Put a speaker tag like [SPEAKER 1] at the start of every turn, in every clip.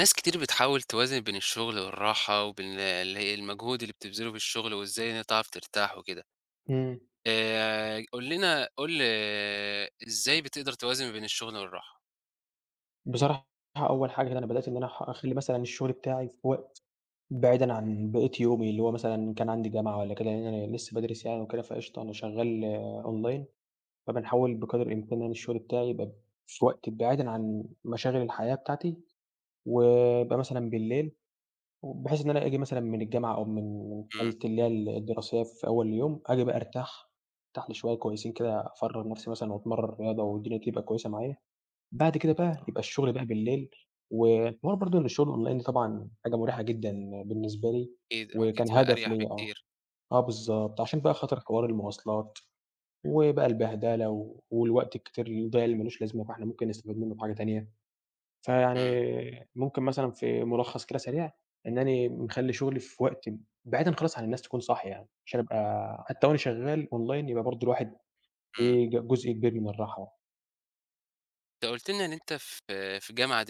[SPEAKER 1] ناس كتير بتحاول توازن بين الشغل والراحة وبين اللي هي المجهود اللي بتبذله في الشغل وازاي إن هي تعرف ترتاح وكده.
[SPEAKER 2] إمم.
[SPEAKER 1] قُل لنا، إزاي بتقدر توازن بين الشغل والراحة؟
[SPEAKER 2] بصراحة أول حاجة كده أنا بدأت إن أنا أخلّي مثلًا الشغل بتاعي في وقت بعيدًا عن بقية يومي، اللي هو مثلًا كان عندي جامعة والّا كده، لإن أنا لسه بادرس يعني وكده، فقشطة أنا شغّال أونلاين، فبنحاول بقدر الإمكان يعني الشغل بتاعي يبقى في وقت بعيدًا عن مشاغل الحياة بتاعتي، ويبقى مثلًا بالليل، وبحيث إن أنا آجي مثلًا من الجامعة أو من
[SPEAKER 1] إمم.
[SPEAKER 2] حالة اللي هي الدراسية في أول اليوم، آجي بقى أرتاح، أرتاح لي شوية كويسين كده أفرّغ نفسي مثلًا وأتمرّن رياضة والدنيا تبقى كويسة معايا. بعد كده
[SPEAKER 1] بالضبط
[SPEAKER 2] بقى
[SPEAKER 1] آه.
[SPEAKER 2] يبقى الشغل بقى بالليل، وحوار برضه إن الشغل أونلاين طبعًا حاجة مُريحة جدًا بالنسبة لي،
[SPEAKER 1] أكيد ممكن
[SPEAKER 2] وكان
[SPEAKER 1] تبقى
[SPEAKER 2] هدف
[SPEAKER 1] أريح
[SPEAKER 2] ليّا آه،
[SPEAKER 1] بكتير.
[SPEAKER 2] آه بالضبط، عشان بقى خاطر حوار المواصلات، وبقى البهدلة و والوقت الكتير اللي ضايع اللي ما لوش لازمة، فإحنا ممكن نستفيد منه بحاجة تانية. فيعني
[SPEAKER 1] إمم.
[SPEAKER 2] ممكن مثلًا في ملخص كده سريع، إنّني مخلّي شغلي في وقت بعيدًا خالص عن الناس تكون صاحية يعني، عشان أبقى حتى وأنا شغال أونلاين يبقى برضه الواحد
[SPEAKER 1] إمم.
[SPEAKER 2] فيه جزء كبير من الراحة.
[SPEAKER 1] أنت قُلت لنا إن أنت في جامعة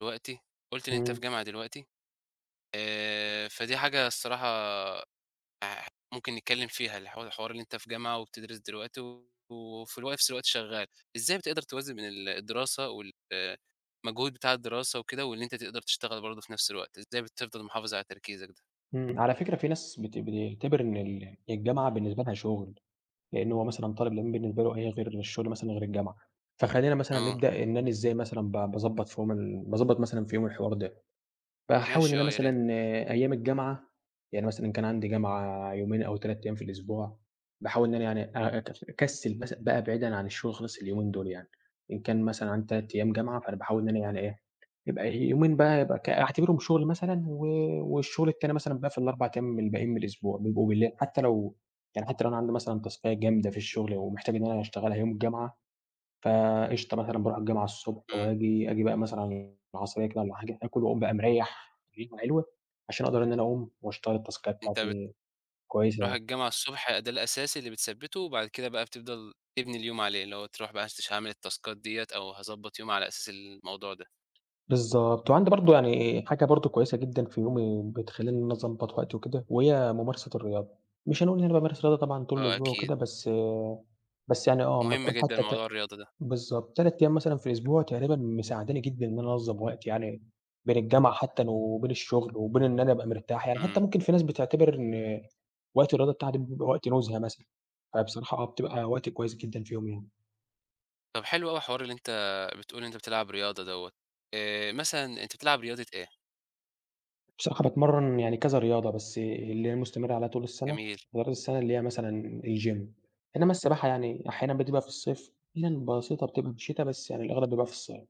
[SPEAKER 1] دلوقتي. قُلت إن أنت في
[SPEAKER 2] إمم.
[SPEAKER 1] جامعة دلوقتي. فدي حاجة الصراحة. آآ ممكن نتكلّم فيها، الحوار اللي أنت في جامعة وبتدرس دلوقتي و- وفي نفس الوقت شغّال. إزاي بتقدر توازن بين الدراسة وال المجهود بتاع الدراسة وكده، وإن أنت تقدر تشتغل برضه في نفس الوقت؟ إزاي بتفضل محافظ على تركيزك ده؟
[SPEAKER 2] على فكرة في ناس بتعتبر إن الجامعة بالنسبة لها شغل، لإن هو مثلًا طالب العلم بالنسبة له إيه غير الشغل مثلًا غير الجامعة، فخلّينا مثلًا
[SPEAKER 1] آه،
[SPEAKER 2] نبدأ إن أنا إزاي مثلًا ب باضبّط في يوم ال باضبّط مثلًا في يومي الحوار ده. باحاول إن
[SPEAKER 1] ماشي
[SPEAKER 2] أنا
[SPEAKER 1] آه، يا ريت.
[SPEAKER 2] مثلًا أيام الجامعة، يعني مثلًا كان عندي جامعة يومين أو 3 أيام في الأسبوع، باحاول إن أنا يعني أ أك أكسّل بس بقى بعيدًا عن الشغل خالص اليومين دول يعني، إن كان مثلًا عندي 3 أيام جامعة، فأنا باحاول إن أنا يعني إيه، يبقى يومين بقى يبقى ك أعتبرهم شغل مثلًا و والشغل التاني مثلًا بقى في ال4 أيام الباقيين من الأسبوع، بيبقوا بالليل حتى لو يعني حتى لو أنا عندي مثلًا تاسكاية جامدة في الشغل ومحتاج إن أنا أشتغلها يوم الجامعة فقشطة مثلًا باروح الجامعة الصبح
[SPEAKER 1] إمم.
[SPEAKER 2] وآجي بقى مثلًا على العصرية كده والّا حاجة، آكل وأقوم بقى مريّح ريقة حلوة عشان أقدر إن أنا أقوم وأشتغل التاسكاية
[SPEAKER 1] أنت بتروح
[SPEAKER 2] بتاعتي كويسة يعني.
[SPEAKER 1] الجامعة الصبح ده الأساسي اللي بتثبّته، وبعد كده بقى بتفضل تبني اليوم عليه، اللي هو تروح بقى ش هاعمل التاسكات ديّة أو هاضبّط يومي على أساس الموضوع ده.
[SPEAKER 2] بالضبط، وعندي برضه يعني حاجة برضه كويسة جدًا في يومي بتخلّيني إن أنا أضبّط وقتي وكده، وهي ممارسة الرياضة. مش هنقول إن أنا بامارس رياضة طبعًا طول
[SPEAKER 1] آه
[SPEAKER 2] الأسبوع
[SPEAKER 1] أكيد.
[SPEAKER 2] وكده، بس يعني آه، أمّا
[SPEAKER 1] مهم
[SPEAKER 2] تكون
[SPEAKER 1] جدًا
[SPEAKER 2] حتى
[SPEAKER 1] موضوع الرياضة ده.
[SPEAKER 2] بالضبط، 3 أيام مثلًا في الأسبوع تقريبًا مساعداني جدًا إن أنا أنظّم وقتي يعني بين الجامعة حتى وبين الشغل وبين إن أنا أبقى مرتاح، يعني
[SPEAKER 1] إمم.
[SPEAKER 2] حتى ممكن في ناس بتعتبر إن وقت الرياضة بتاعها ده بيبقى وقت نُزهة مثلًا، فبصراحة آه، بتبقى وقت كويس جدًا في يومي يعني.
[SPEAKER 1] طب حلو أوي حوار اللي أنت بتقول أنت بتلعب رياضة دوّة. مثلًا أنت بتلعب رياضة إيه؟
[SPEAKER 2] بصراحة باتمرّن يعني كذا رياضة، بس اللي هي مستمرة عليها طول السَنة،
[SPEAKER 1] جميل.
[SPEAKER 2] رياضة السَنة اللي هي مثلًا الgym، إنّما السباحة يعني أحيانًا بتبقى في الصيف، أحيانًا بسيطة بتبقى في الشتا، بس يعني الأغلب بيبقى في الصيف.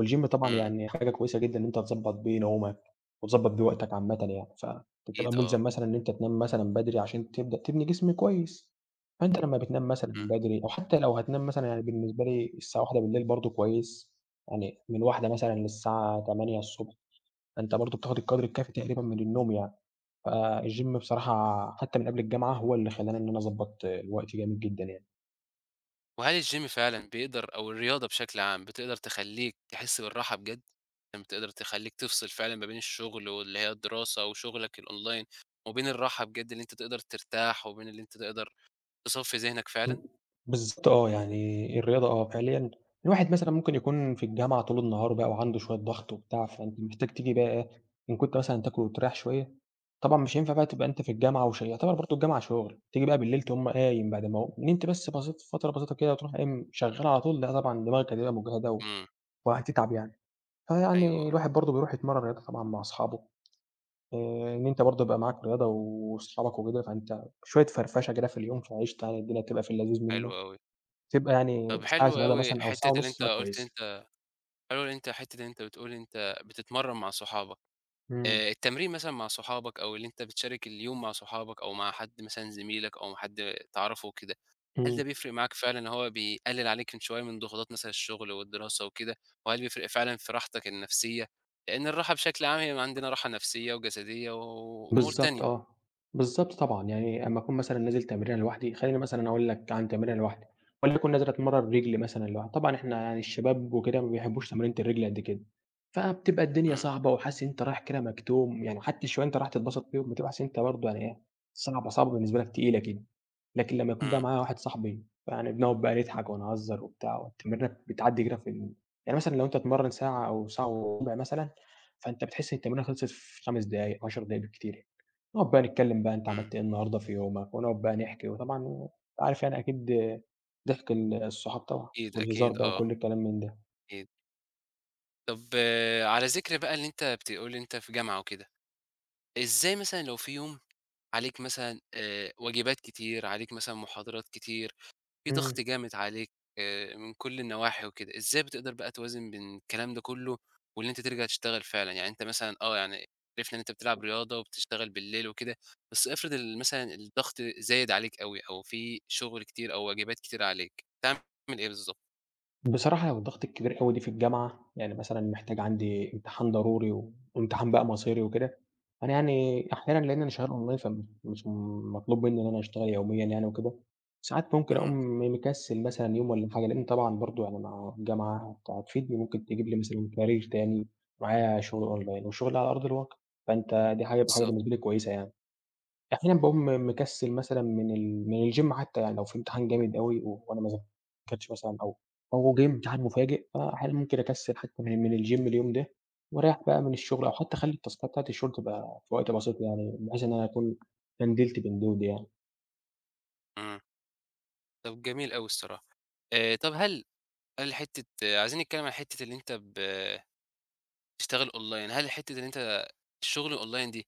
[SPEAKER 2] والgym طبعًا
[SPEAKER 1] إمم.
[SPEAKER 2] يعني حاجة كويسة جدًا إن أنت تضبّط بيه نومك، وتضبّط بيه وقتك عامةً يعني، فبتبقى
[SPEAKER 1] أكيد آه.
[SPEAKER 2] مُلزم مثلًا إن أنت تنام مثلًا بدري عشان تبدأ تبني جسم كويس، فأنت لمّا بتنام مثلًا
[SPEAKER 1] إمم.
[SPEAKER 2] بدري أو حتى لو هتنام مثلًا يعني بالنسبة لي الساعة 01:00 برضه كويس، يعني من 01:00 مثلًا للساعة 08:00 فأنت برضه بتاخد القدْر الكافي تقريبًا من النوم يعني، فالgym بصراحة حتى من قبل الجامعة هو اللي خلّاني إن أنا أضبّط وقتي جامد جدًا يعني.
[SPEAKER 1] وهل الgym فعلًا بيقدر أو الرياضة بشكل عام بتقدر تخلّيك تحس بالراحة بجد؟ يعني بتقدر تخلّيك تفصل فعلًا ما بين الشغل واللي هي الدراسة وشغلك الأونلاين، وبين الراحة بجد اللي أنت تقدر ترتاح، وبين اللي أنت تقدر تصفّي ذهنك
[SPEAKER 2] إمم،
[SPEAKER 1] فعلًا؟
[SPEAKER 2] بالضبط آه، يعني الرياضة آه، فعليًا الواحد مثلًا ممكن يكون في الجامعة طول النهار بقى وعنده شوية ضغط وبتاع، فأنت محتاج تيجي بقى ايه، إن كنت مثلًا تاكل وتريّح شوية، طبعًا مش هينفع بقى تبقى أنت في الجامعة وش يعتبر برضه الجامعة شغل، تيجي بقى بالليل تقوم قايم بعد ما هو نمت بس بسيط فترة بسيطة كده وتروح قايم شغّال على طول، لأ طبعًا دماغك هتبقى مجهدة و-
[SPEAKER 1] إمم.
[SPEAKER 2] وهتتعب يعني،
[SPEAKER 1] أيوه
[SPEAKER 2] فيعني
[SPEAKER 1] آه.
[SPEAKER 2] الواحد برضه بيروح يتمرّن رياضة طبعًا مع أصحابه، إن أنت برضه يبقى معاك رياضة وأصحابك وكده، فأنت شوية فرفشة كده في اليوم فقشطة يعني الدنيا بتبقى في اللذيذ
[SPEAKER 1] حلو
[SPEAKER 2] منّه.
[SPEAKER 1] أوي.
[SPEAKER 2] تبقى يعني
[SPEAKER 1] طب
[SPEAKER 2] ساعة
[SPEAKER 1] حلو
[SPEAKER 2] رياضة
[SPEAKER 1] أوي.
[SPEAKER 2] مثلًا أو ساعة ونُص تبقى كويسة.
[SPEAKER 1] حتّة اللي أنت بتقول أنت بتتمرّن مع صحابك.
[SPEAKER 2] إمم،
[SPEAKER 1] التمرين مثلًا مع صحابك، أو اللي أنت بتشارك اليوم مع صحابك أو مع حد مثلًا زميلك أو حد تعرفه وكده، هل
[SPEAKER 2] إمم.
[SPEAKER 1] ده بيفرق معاك فعلًا إن هو بيقلل عليك من شوية من ضغوطات مثلًا الشغل والدراسة وكده؟ وهل بيفرق فعلًا في راحتك النفسية؟ لإن الراحة بشكل عام هي عندنا راحة نفسية وجسدية و- وأمور
[SPEAKER 2] بالضبط
[SPEAKER 1] تانية.
[SPEAKER 2] آه، بالضبط طبعًا، يعني أمّا أكون مثلًا نازل تمرينة لوحدي خلّيني مثلًا أقول لك عن تمرينة لوحدي، وليكن نازل أتمرّن رِجل مثلًا لوحدي، طبعًا إحنا يعني الشباب وكده ما بيحبّوش تمرينة الرِجل قد كده، فبتبقى الدنيا
[SPEAKER 1] إمم.
[SPEAKER 2] صعبة وحاسس إن أنت رايح كده مكتوم، يعني حتى الشوية أنت رايح تتبسط فيهم بتبقى حاسس إن أنت برضه يعني إيه، صعبة، صعبة بالنسبة لك تقيلة كده، لكن لمّا يكون بقى
[SPEAKER 1] إمم.
[SPEAKER 2] معايا واحد صاحبي فيعني بنقعد بقى نضحك ونهزّر وبتاع والتمرينة بتعدّي كده في ال يعني مثلًا لو أنت هتتمرّن ساعة أو ساعة وربع مثلًا، فأنت بتحس إن التمرينة خلصت في 5 دقايق، 10 دقايق بالكتير يعني. نقعد بقى نتكلم بقى أنت
[SPEAKER 1] إمم.
[SPEAKER 2] عملت إيه النهارده في يومك، ونقعد بقى نحكي، وطبعًا أنت عارف يعني أكيد ضحك الصحاب طبعًا،
[SPEAKER 1] أكيد،
[SPEAKER 2] والهزار
[SPEAKER 1] أكيد،
[SPEAKER 2] بقى
[SPEAKER 1] آه،
[SPEAKER 2] وكل الكلام من ده.
[SPEAKER 1] أكيد. طب آه، على ذكر بقى اللي أنت بتقول أنت في جامعة وكده، إزاي مثلًا لو في يوم عليك مثلًا واجبات كتير، عليك مثلًا محاضرات كتير، في
[SPEAKER 2] إمم.
[SPEAKER 1] ضغط جامد عليك، من كل النواحي وكده، إزاي بتقدر بقى توازن بين الكلام ده كله وإن أنت ترجع تشتغل فعلًا؟ يعني أنت مثلًا آه، يعني عرفنا إن أنت بتلعب رياضة وبتشتغل بالليل وكده، بس افرض مثلًا الضغط زايد عليك أوي، أو في شغل كتير أو واجبات كتير عليك، تعمل إيه بالضبط؟
[SPEAKER 2] بصراحة لو الضغط الكبير أوي دي في الجامعة، يعني مثلًا محتاج عندي امتحان ضروري وامتحان بقى مصيري وكده، أنا يعني أحيانًا لإن أنا شغال أونلاين فمش مطلوب مني إن أنا أشتغل يوميًا يعني وكده، ساعات ممكن
[SPEAKER 1] اهم.
[SPEAKER 2] أقوم مكسل مثلًا يوم والّا حاجة، لإن طبعًا برضه يعني مع الجامعة أنت هتفيدني ممكن تجيب لي مثلًا كارير تاني، معايا شغل أونلاين وشغل على أرض الواقع، فأنت دي حاجة هتبقى حاجة
[SPEAKER 1] بالضبط.
[SPEAKER 2] بالنسبة لي كويسة يعني. أحيانًا باقوم مكسِّل مثلًا من الgym حتى يعني لو في امتحان جامد أوي وأنا ما ذاكرتش مثلًا أو جِه امتحان مفاجئ، فأحيانًا ممكن أكسِّل حتى من الgym اليوم ده وأريّح بقى من الشغل أو حتى أخلّي التاسكات بتاعة الشغل تبقى في وقت بسيط يعني بحيث إن أنا أكون بندِلت بين دول يعني.
[SPEAKER 1] إمم. طب جميل أوي الصراحة. طب هل حتة آه، عايزين نتكلم عن حتة اللي أنت بتشتغل أونلاين، هل حتة إن أنت الشغل الأونلاين دي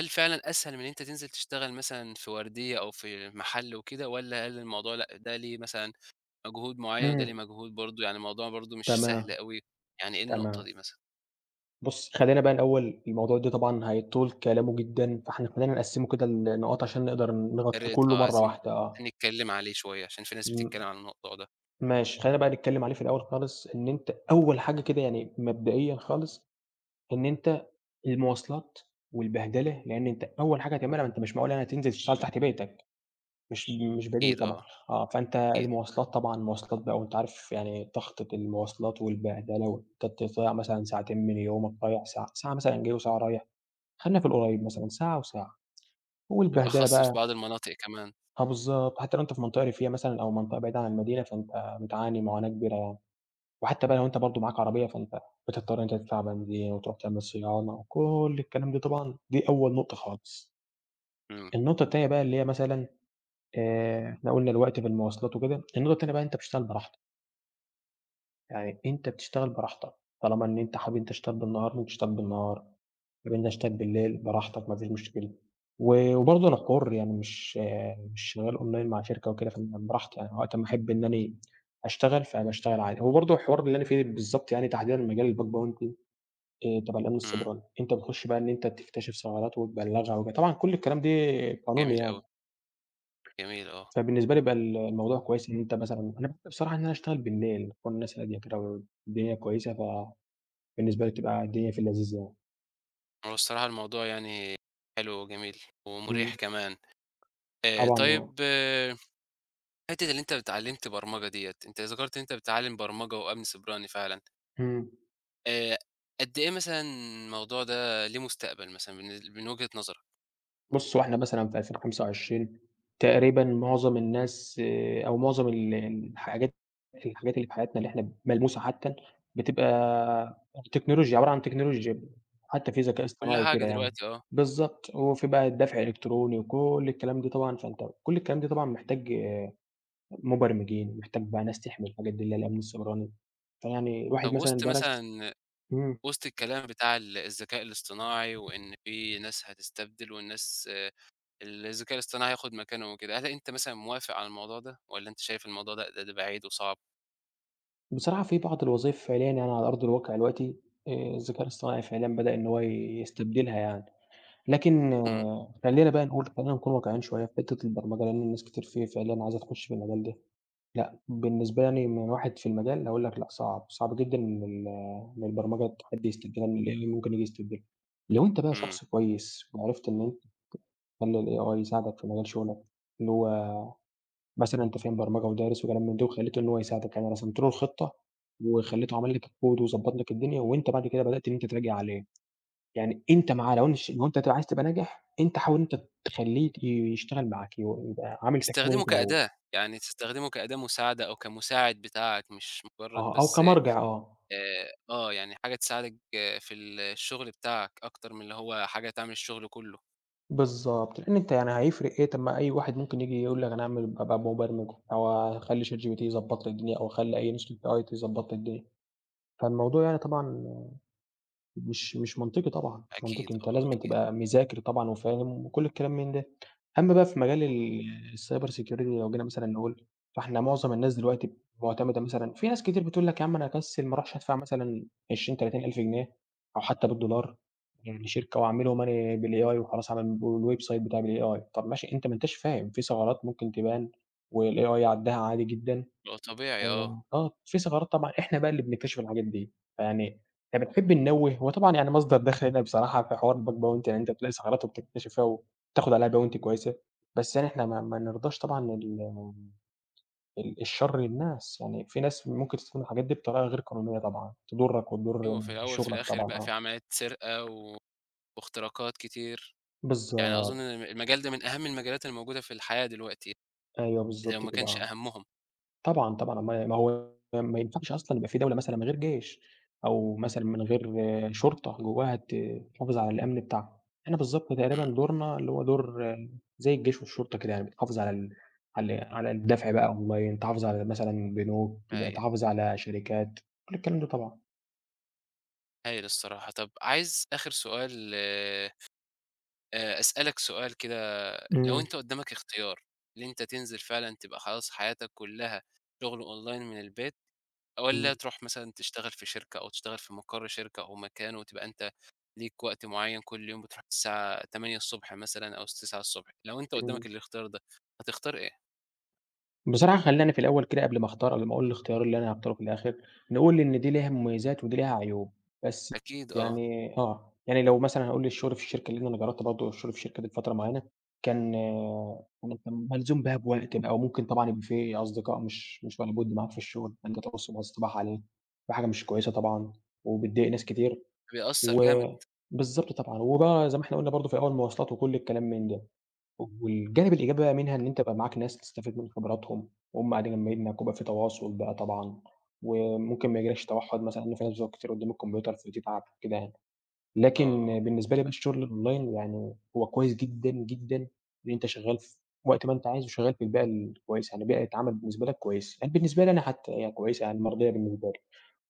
[SPEAKER 1] هل فعلًا أسهل من إن أنت تنزل تشتغل مثلًا في وردية أو في محل وكده، والّا هل الموضوع لأ، ده ليه مثلًا مجهود معيّن وده ليه
[SPEAKER 2] إمم،
[SPEAKER 1] مجهود برضه، يعني الموضوع برضه مش
[SPEAKER 2] تمام،
[SPEAKER 1] سهل أوي، يعني إيه النقطة
[SPEAKER 2] تمام.
[SPEAKER 1] دي مثلًا؟
[SPEAKER 2] بُص، خلّينا بقى الأول الموضوع ده طبعًا هيطول كلامه جدًا، فإحنا خلّينا نقسِّمه كده لنقاط عشان نقدر
[SPEAKER 1] يا
[SPEAKER 2] نغطّي
[SPEAKER 1] ريت
[SPEAKER 2] كُلّه
[SPEAKER 1] آه،
[SPEAKER 2] مرّة
[SPEAKER 1] عايزين
[SPEAKER 2] واحدة آه.
[SPEAKER 1] نتكلّم عليه شوية عشان في ناس
[SPEAKER 2] إمم.
[SPEAKER 1] بتتكلّم عن الموضوع ده.
[SPEAKER 2] ماشي، خلّينا بقى نتكلّم عليه في الأول خالص، إن أنت أول حاجة كده يعني مبدئيًا خالص، إن أنت المواصلات والبهدلة، لإن أنت أول حاجة هتعملها ما أنت مش معقول يعني هتنزل تشتغل تحت بيتك، مش مش بديهي
[SPEAKER 1] أكيد
[SPEAKER 2] طبعًا،
[SPEAKER 1] آه،
[SPEAKER 2] آه، فأنت
[SPEAKER 1] أكيد.
[SPEAKER 2] المواصلات طبعًا مواصلات بقى وأنت عارف يعني ضغطة المواصلات والبهدلة وأنت تضيّع مثلًا ساعتين من يومك، تضيّع ساعة، ساعة مثلًا جاي وساعة رايح، خلّينا في القريّب مثلًا ساعة وساعة، والبهدلة
[SPEAKER 1] بالأخص في
[SPEAKER 2] بقى
[SPEAKER 1] بعض المناطق كمان.
[SPEAKER 2] آه بالضبط، حتى لو أنت في منطقة ريفية مثلًا أو منطقة بعيدة عن المدينة، فأنت بتعاني معاناة كبيرة يعني. وحتى بقى لو أنت برضه معاك عربية، فأنت بتضطر إن أنت تدفع بنزين وتروح تعمل صيانة وكل الكلام ده طبعًا، دي أول نقطة خالص.
[SPEAKER 1] إمم.
[SPEAKER 2] النقطة التانية بقى اللي هي مثلًا إحنا قُلنا الوقت في المواصلات وكده، النقطة التانية بقى أنت بتشتغل براحتك، يعني أنت بتشتغل براحتك، طالما إن أنت حابب أنت تشتغل بالنهار ممكن تشتغل بالنهار، حابب أنت تشتغل بالليل براحتك ما فيش مشكلة. وبرضه أنا حُر يعني مش آه، مش شغال أونلاين مع شركة وكده، فأنا براحتي يعني وقت ما أحب إن أنا أشتغل، فباشتغل عادي. هو برضه الحوار اللي أنا فيه بالضبط يعني تحديدًا مجال الBackground تبع الأمن
[SPEAKER 1] إمم.
[SPEAKER 2] السيبراني، أنت بتخش بقى إن أنت تكتشف ثغرات وتبلّغها وكده، طبعًا كل الكلام ده قانوني
[SPEAKER 1] جميل أوي.
[SPEAKER 2] يعني،
[SPEAKER 1] جميل آه.
[SPEAKER 2] فبالنسبة لي بقى الموضوع كويس إن أنت مثلًا أنا باحب بصراحة إن أنا أشتغل بالليل، تكون الناس هادية كده والدنيا كويسة، فبالنسبة لي بتبقى الدنيا في اللذيذ يعني.
[SPEAKER 1] هو الصراحة الموضوع يعني حلو وجميل ومُريح
[SPEAKER 2] إمم،
[SPEAKER 1] كمان.
[SPEAKER 2] طبعًا آه،
[SPEAKER 1] طيب آه، حتة اللي أنت اتعلّمت برمجة ديّة، أنت ذكرت إن أنت بتتعلّم برمجة وأمن سيبراني فعلًا.
[SPEAKER 2] إمم.
[SPEAKER 1] آآ قد إيه مثلًا الموضوع ده ليه مستقبل مثلًا من وجهة نظرك؟
[SPEAKER 2] بُص، هو إحنا مثلًا في 2025 تقريبًا معظم الناس أو معظم ال الحاجات الحاجات اللي في حياتنا اللي إحنا ملموسة حتّى بتبقى تكنولوجيا، عبارة عن تكنولوجيا، حتّى في ذكاء
[SPEAKER 1] كل
[SPEAKER 2] اصطناعي
[SPEAKER 1] حاجة
[SPEAKER 2] وكده يعني.
[SPEAKER 1] دلوقتي آه.
[SPEAKER 2] بالضبط، وفي بقى الدفع الإلكتروني وكل الكلام ده طبعًا، فأنت كل الكلام ده طبعًا محتاج آه، مبرمجين، محتاج بقى ناس تحمي الحاجات دي اللي هي الأمن السيبراني، فيعني
[SPEAKER 1] طب
[SPEAKER 2] الواحد مثلًا درس إمم.
[SPEAKER 1] وسط الكلام بتاع الذكاء الاصطناعي، وإن في ناس هتستبدل والناس آه، الذكاء الاصطناعي هياخد مكانهم وكده، هل أنت مثلًا موافق على الموضوع ده، والّا أنت شايف الموضوع ده بعيد وصعب؟
[SPEAKER 2] بصراحة في بعض الوظايف فعليًا يعني على أرض الواقع دلوقتي الذكاء الاصطناعي فعليًا بدأ إن هو يستبدلها يعني، لكن
[SPEAKER 1] إمم.
[SPEAKER 2] آه، خلّينا بقى نقول خلّينا نكون واقعيين شوية في حتّة البرمجة، لإن الناس كتير في فعليًا عايزة تخُش في المجال ده. لأ، بالنسبة يعني من واحد في المجال هاقول لك لأ صعب، صعب جدًا إن البرمجة حد يستبدلها، إن الAI ممكن ييجي يستبدلها. لو أنت بقى
[SPEAKER 1] إمم.
[SPEAKER 2] شخص كويس وعرفت إن أنت تخلّي الAI يساعدك في مجال شغلك اللي هو مثلًا أنت فاهم برمجة ودارس وكلام من ده، وخلّيته إن هو يساعدك، يعني أنا رسمت له الخطة وخلّيته عمل لك الكود وضبّط لك الدنيا، وأنت بعد كده بدأت إن أنت تراجع عليه، يعني أنت معاه لو انش لو أنت هتبقى عايز تبقى ناجح، أنت حاول إن أنت تخلّيه يشتغل معاك، يبقى عامل تكامل
[SPEAKER 1] تستخدمه
[SPEAKER 2] أنت وهو،
[SPEAKER 1] كأداة، يعني تستخدمه كأداة مساعدة أو كمساعد بتاعك، مش مجرّد
[SPEAKER 2] آه، أو
[SPEAKER 1] بس
[SPEAKER 2] كمرجع آه،
[SPEAKER 1] آه. يعني حاجة تساعدِك آه، في الشغل بتاعك، أكتر من اللي هو حاجة تعمل الشغل كُلّه.
[SPEAKER 2] بالضبط، لإن أنت يعني هيفرق إيه، طب ما أي واحد ممكن ييجي يقول لك أنا هاعمل أبقى مبرمج، أو أخلّي ChatGPT يضبّط لي الدنيا، أو أخلّي أي نسخة AI تضبّط لي الدنيا، فالموضوع يعني طبعًا مش منطقي طبعًا، مش
[SPEAKER 1] أكيد
[SPEAKER 2] منطقي، أنت
[SPEAKER 1] آه.
[SPEAKER 2] لازمًا
[SPEAKER 1] أكيد.
[SPEAKER 2] تبقى مذاكر طبعًا وفاهم وكل الكلام من ده. أمّا بقى في مجال الcyber security لو جينا مثلًا نقول، فإحنا معظم الناس دلوقتي معتمدة مثلًا في ناس كتير بتقول لك يا عم أنا هاكسّل ما اروحش أدفع مثلًا 20، 30 ألف جنيه أو حتى بالدولار لشركة وأعمله money بالAI وخلاص أعمل الweb site بتاعي بالAI. طَب ماشي، أنت ما أنتش فاهم، في ثغرات ممكن تبان والAI يعدّها عادي جدًا.
[SPEAKER 1] هو طبيعي آه.
[SPEAKER 2] آه، في ثغرات طبعًا إحنا بقى اللي بنكتشف الحاجات دي، فيعني إحنا بنحب ننوّه، هو طبعًا يعني مصدر دخل لنا بصراحة في حوار الbug bounty يعني أنت بتلاقي ثغرات وبتكتشفها وبتاخد عليها bounty كويسة، بس يعني إحنا ما نرضاش طبعًا ال ال الشر للناس، يعني في ناس ممكن تستخدم الحاجات دي بطريقة غير قانونية طبعًا، تضرك
[SPEAKER 1] أيوه،
[SPEAKER 2] وتضر
[SPEAKER 1] في الأول في
[SPEAKER 2] شغلك
[SPEAKER 1] الآخر
[SPEAKER 2] طبعًا
[SPEAKER 1] بقى في
[SPEAKER 2] آه،
[SPEAKER 1] عمليات سرقة واختراقات كتير. يعني
[SPEAKER 2] بالضبط،
[SPEAKER 1] أظن إن المجال ده من أهم المجالات الموجودة في الحياة دلوقتي،
[SPEAKER 2] أيوه
[SPEAKER 1] ده لو
[SPEAKER 2] بالضبط
[SPEAKER 1] ما
[SPEAKER 2] كده
[SPEAKER 1] كانش
[SPEAKER 2] آه.
[SPEAKER 1] أهمهم.
[SPEAKER 2] طبعًا، طبعًا، ما هو ما ينفعش أصلًا يبقى في دولة مثلًا من غير جيش، أو مثلًا من غير شرطة جواها تحافظ على الأمن بتاعها. إحنا بالضبط تقريبًا
[SPEAKER 1] إمم.
[SPEAKER 2] دورنا اللي هو دور زي الجيش والشرطة كده يعني، بتحافظ على ال على على الدفع بقى أونلاين، تحافظ على مثلًا بنوك،
[SPEAKER 1] هايل،
[SPEAKER 2] تحافظ على شركات، كل الكلام ده طبعًا.
[SPEAKER 1] هايل الصراحة. طب عايز آخر سؤال. أسألك سؤال كده، لو
[SPEAKER 2] إمم،
[SPEAKER 1] أنت قدّامك اختيار، اللي أنت تنزل فعلًا تبقى خلاص حياتك كُلّها شغل أونلاين من البيت، والّا
[SPEAKER 2] إمم،
[SPEAKER 1] تروح مثلًا تشتغل في شركة أو تشتغل في مقر شركة أو مكان وتبقى أنت ليك وقت معيّن كل يوم بتروح الساعة 8:00 ص مثلًا أو 9:00 ص، لو أنت قدّامك
[SPEAKER 2] إمم.
[SPEAKER 1] الاختيار ده هتختار إيه؟
[SPEAKER 2] بصراحة خلّينا في الأول كده قبل ما أختار قبل ما أقول الاختيار اللي أنا هاختاره في الآخر، نقول إن دي ليها مميزات ودي ليها عيوب، بس
[SPEAKER 1] أكيد آه.
[SPEAKER 2] يعني آه، يعني لو مثلًا هنقول الشغل في الشركة لإن أنا جرّبت برضه الشغل في الشركة دي لفترة معيّنة، كان آه، يعني كان ملزوم بيها بوقت بقى وممكن طبعًا يبقى في أصدقاء مش ولا بُد معاك في الشغل، فأنت تقص بالصباع عليه، دي حاجة مش كويسة طبعًا وبتضايق ناس كتير
[SPEAKER 1] بيأثّر
[SPEAKER 2] و
[SPEAKER 1] جامد
[SPEAKER 2] بالضبط طبعًا، وبقى زي ما إحنا قُلنا برضه في الأول مواصلات وكل الكلام من ده. والجانب الإيجابي بقى منها إن أنت يبقى معاك ناس تستفيد من خبراتهم، وهم قاعدين جنبينك، ويبقى في تواصل بقى طبعًا، وممكن ما يجيلكش توحُّد مثلًا إن في ناس بتقعد كتير قدّام الكمبيوتر فتتعب كده يعني. لكن
[SPEAKER 1] آه.
[SPEAKER 2] بالنسبة لي بقى الشغل الأونلاين يعني هو كويس جدًا، جدًا إن أنت شغّال في وقت ما أنت عايز وشغّال في البيئة الكويسة، يعني بيئة عمل بالنسبة لك كويسة، يعني بالنسبة لي أنا حتى هي كويسة يعني مرضية بالنسبة لي،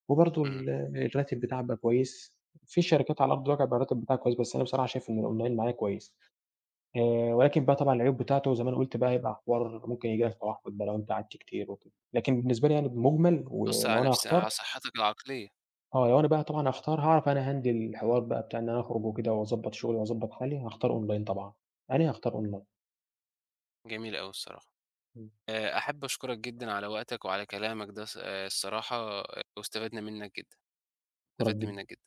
[SPEAKER 2] وبرضه
[SPEAKER 1] إمم.
[SPEAKER 2] ال الراتب بتاعك بقى كويس، في شركات على أرض الواقع بيبقى الراتب بتاعها كويس، بس أنا بصراحة شايف إن الأونلاين معايا كويس. ولكن بقى طبعًا العيوب بتاعته زي ما أنا قُلت بقى هيبقى حوار ممكن ييجي لك توحُّد بقى لو أنت قعدت كتير وكده. لكن بالنسبة لي يعني بالمُجمل
[SPEAKER 1] بيأثّر
[SPEAKER 2] ولو
[SPEAKER 1] على
[SPEAKER 2] أنا
[SPEAKER 1] نفس
[SPEAKER 2] هاختار
[SPEAKER 1] على صحتك العقلية.
[SPEAKER 2] آه، لو أنا بقى طبعًا هاختار هاعرف أنا هاhandle الحوار بقى بتاع إن أنا أخرج وكده وأضبّط شغلي وأضبّط حالي، هاختار أونلاين طبعًا. أنا هاختار أونلاين.
[SPEAKER 1] جميل أوي الصراحة.
[SPEAKER 2] إمم.
[SPEAKER 1] أحب أشكرك جدًا على وقتك وعلى كلامك ده الصراحة آه، واستفدنا منّك جدًا.
[SPEAKER 2] مشكورك
[SPEAKER 1] استفدت
[SPEAKER 2] جدًا.
[SPEAKER 1] منّك جدًا.